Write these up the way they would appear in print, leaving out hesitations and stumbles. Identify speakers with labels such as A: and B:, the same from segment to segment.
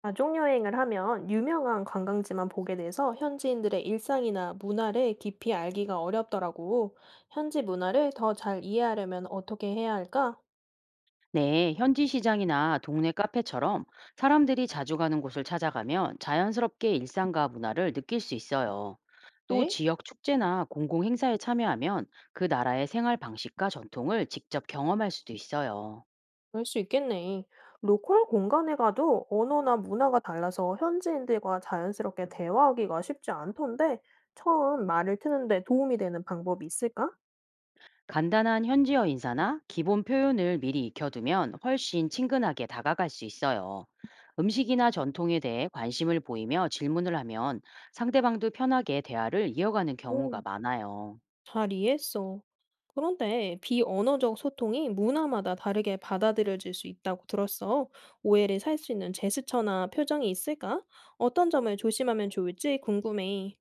A: 가족 여행을 하면 유명한 관광지만 보게 돼서 현지인들의 일상이나 문화를 깊이 알기가 어렵더라고. 현지 문화를 더 잘 이해하려면 어떻게 해야 할까?
B: 네, 현지 시장이나 동네 카페처럼 사람들이 자주 가는 곳을 찾아가면 자연스럽게 일상과 문화를 느낄 수 있어요. 또
A: 에?
B: 지역 축제나 공공 행사에 참여하면 그 나라의 생활 방식과 전통을 직접 경험할 수도 있어요.
A: 그럴 수 있겠네. 로컬 공간에 가도 언어나 문화가 달라서 현지인들과 자연스럽게 대화하기가 쉽지 않던데, 처음 말을 트는데 도움이 되는 방법이 있을까?
B: 간단한 현지어 인사나 기본 표현을 미리 익혀두면 훨씬 친근하게 다가갈 수 있어요. 음식이나 전통에 대해 관심을 보이며 질문을 하면 상대방도 편하게 대화를 이어가는 경우가
A: 음,
B: 많아요.
A: 잘 이해했어. 그런데 비언어적 소통이 문화마다 다르게 받아들여질 수 있다고 들었어. 오해를 살 수 있는 제스처나 표정이 있을까? 어떤 점을 조심하면 좋을지 궁금해.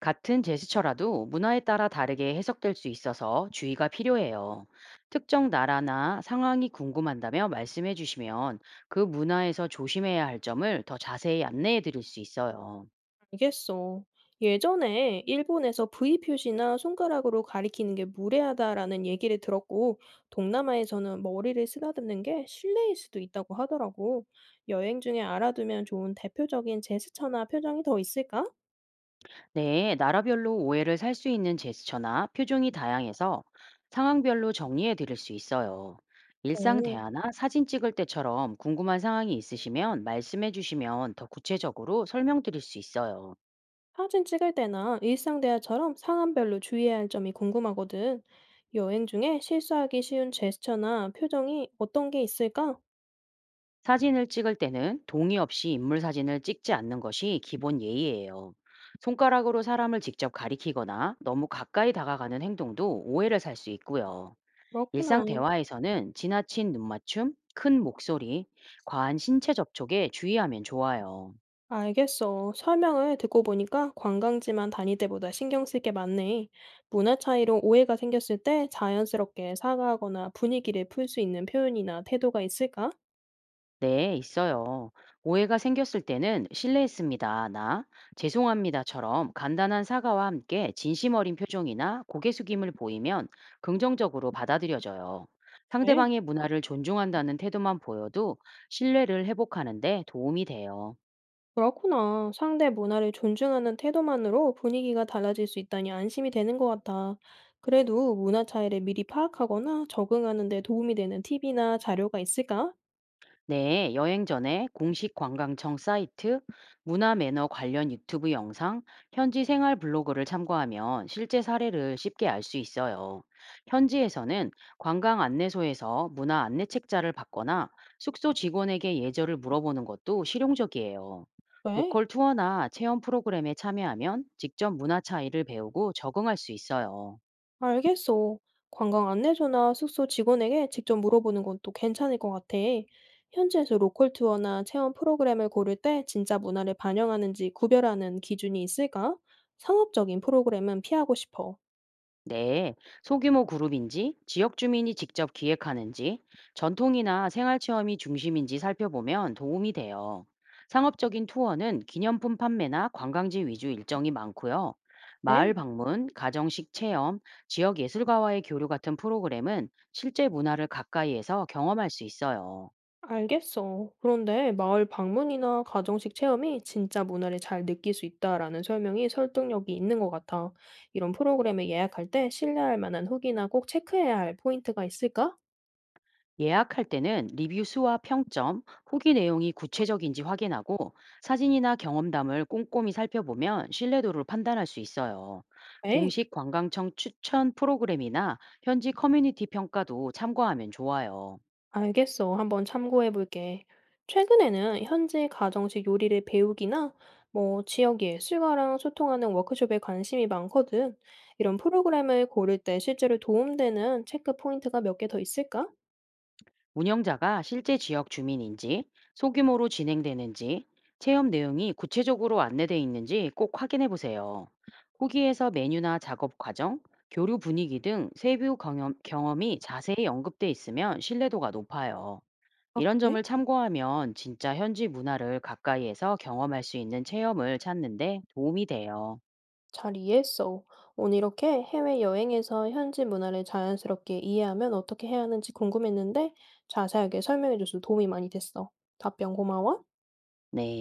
B: 같은 제스처라도 문화에 따라 다르게 해석될 수 있어서 주의가 필요해요. 특정 나라나 상황이 궁금한다며 말씀해 주시면 그 문화에서 조심해야 할 점을 더 자세히 안내해 드릴 수 있어요.
A: 알겠어. 예전에 일본에서 V 표시나 손가락으로 가리키는 게 무례하다라는 얘기를 들었고, 동남아에서는 머리를 쓰다듬는 게 실례일 수도 있다고 하더라고. 여행 중에 알아두면 좋은 대표적인 제스처나 표정이 더 있을까?
B: 네, 나라별로 오해를 살 수 있는 제스처나 표정이 다양해서 상황별로 정리해 드릴 수 있어요. 일상
A: 오.
B: 대화나 사진 찍을 때처럼 궁금한 상황이 있으시면 말씀해 주시면 더 구체적으로 설명드릴 수 있어요.
A: 사진 찍을 때나 일상 대화처럼 상황별로 주의해야 할 점이 궁금하거든. 여행 중에 실수하기 쉬운 제스처나 표정이 어떤 게 있을까?
B: 사진을 찍을 때는 동의 없이 인물 사진을 찍지 않는 것이 기본 예의예요. 손가락으로 사람을 직접 가리키거나 너무 가까이 다가가는 행동도 오해를 살 수 있고요.
A: 그렇구나.
B: 일상 대화에서는 지나친 눈맞춤, 큰 목소리, 과한 신체 접촉에 주의하면 좋아요.
A: 알겠어. 설명을 듣고 보니까 관광지만 다닐 때보다 신경 쓸 게 많네. 문화 차이로 오해가 생겼을 때 자연스럽게 사과하거나 분위기를 풀 수 있는 표현이나 태도가 있을까?
B: 네, 있어요. 오해가 생겼을 때는 실례했습니다, 나, 죄송합니다처럼 간단한 사과와 함께 진심 어린 표정이나 고개 숙임을 보이면 긍정적으로 받아들여져요.
A: 네.
B: 상대방의 문화를 존중한다는 태도만 보여도 신뢰를 회복하는 데 도움이 돼요.
A: 그렇구나. 상대 문화를 존중하는 태도만으로 분위기가 달라질 수 있다니 안심이 되는 것 같아. 그래도 문화 차이를 미리 파악하거나 적응하는 데 도움이 되는 팁이나 자료가 있을까?
B: 네, 여행 전에 공식 관광청 사이트, 문화 매너 관련 유튜브 영상, 현지 생활 블로그를 참고하면 실제 사례를 쉽게 알 수 있어요. 현지에서는 관광 안내소에서 문화 안내 책자를 받거나 숙소 직원에게 예절을 물어보는 것도 실용적이에요.
A: 네,
B: 로컬 투어나 체험 프로그램에 참여하면 직접 문화 차이를 배우고 적응할 수 있어요.
A: 알겠어. 관광 안내소나 숙소 직원에게 직접 물어보는 것도 괜찮을 것 같아. 현지에서 로컬 투어나 체험 프로그램을 고를 때 진짜 문화를 반영하는지 구별하는 기준이 있을까? 상업적인 프로그램은 피하고 싶어.
B: 네, 소규모 그룹인지, 지역 주민이 직접 기획하는지, 전통이나 생활 체험이 중심인지 살펴보면 도움이 돼요. 상업적인 투어는 기념품 판매나 관광지 위주 일정이 많고요. 마을
A: 네.
B: 방문, 가정식 체험, 지역 예술가와의 교류 같은 프로그램은 실제 문화를 가까이에서 경험할 수 있어요.
A: 알겠어. 그런데 마을 방문이나 가정식 체험이 진짜 문화를 잘 느낄 수 있다라는 설명이 설득력이 있는 것 같아. 이런 프로그램을 예약할 때 신뢰할 만한 후기나 꼭 체크해야 할 포인트가 있을까?
B: 예약할 때는 리뷰 수와 평점, 후기 내용이 구체적인지 확인하고 사진이나 경험담을 꼼꼼히 살펴보면 신뢰도를 판단할 수 있어요.
A: 에이,
B: 공식 관광청 추천 프로그램이나 현지 커뮤니티 평가도 참고하면 좋아요.
A: 알겠어. 한번 참고해 볼게. 최근에는 현지 가정식 요리를 배우기나 뭐 지역 예술가랑 소통하는 워크숍에 관심이 많거든. 이런 프로그램을 고를 때 실제로 도움되는 체크 포인트가 몇 개 더 있을까?
B: 운영자가 실제 지역 주민인지, 소규모로 진행되는지, 체험 내용이 구체적으로 안내돼 있는지 꼭 확인해 보세요. 후기에서 메뉴나 작업 과정, 교류 분위기 등 세부 경험이 자세히 언급돼 있으면 신뢰도가 높아요.
A: 아,
B: 이런
A: 그래?
B: 점을 참고하면 진짜 현지 문화를 가까이에서 경험할 수 있는 체험을 찾는 데 도움이 돼요.
A: 잘 이해했어. 오늘 이렇게 해외여행에서 현지 문화를 자연스럽게 이해하면 어떻게 해야 하는지 궁금했는데 자세하게 설명해줘서 도움이 많이 됐어. 답변 고마워.
B: 네.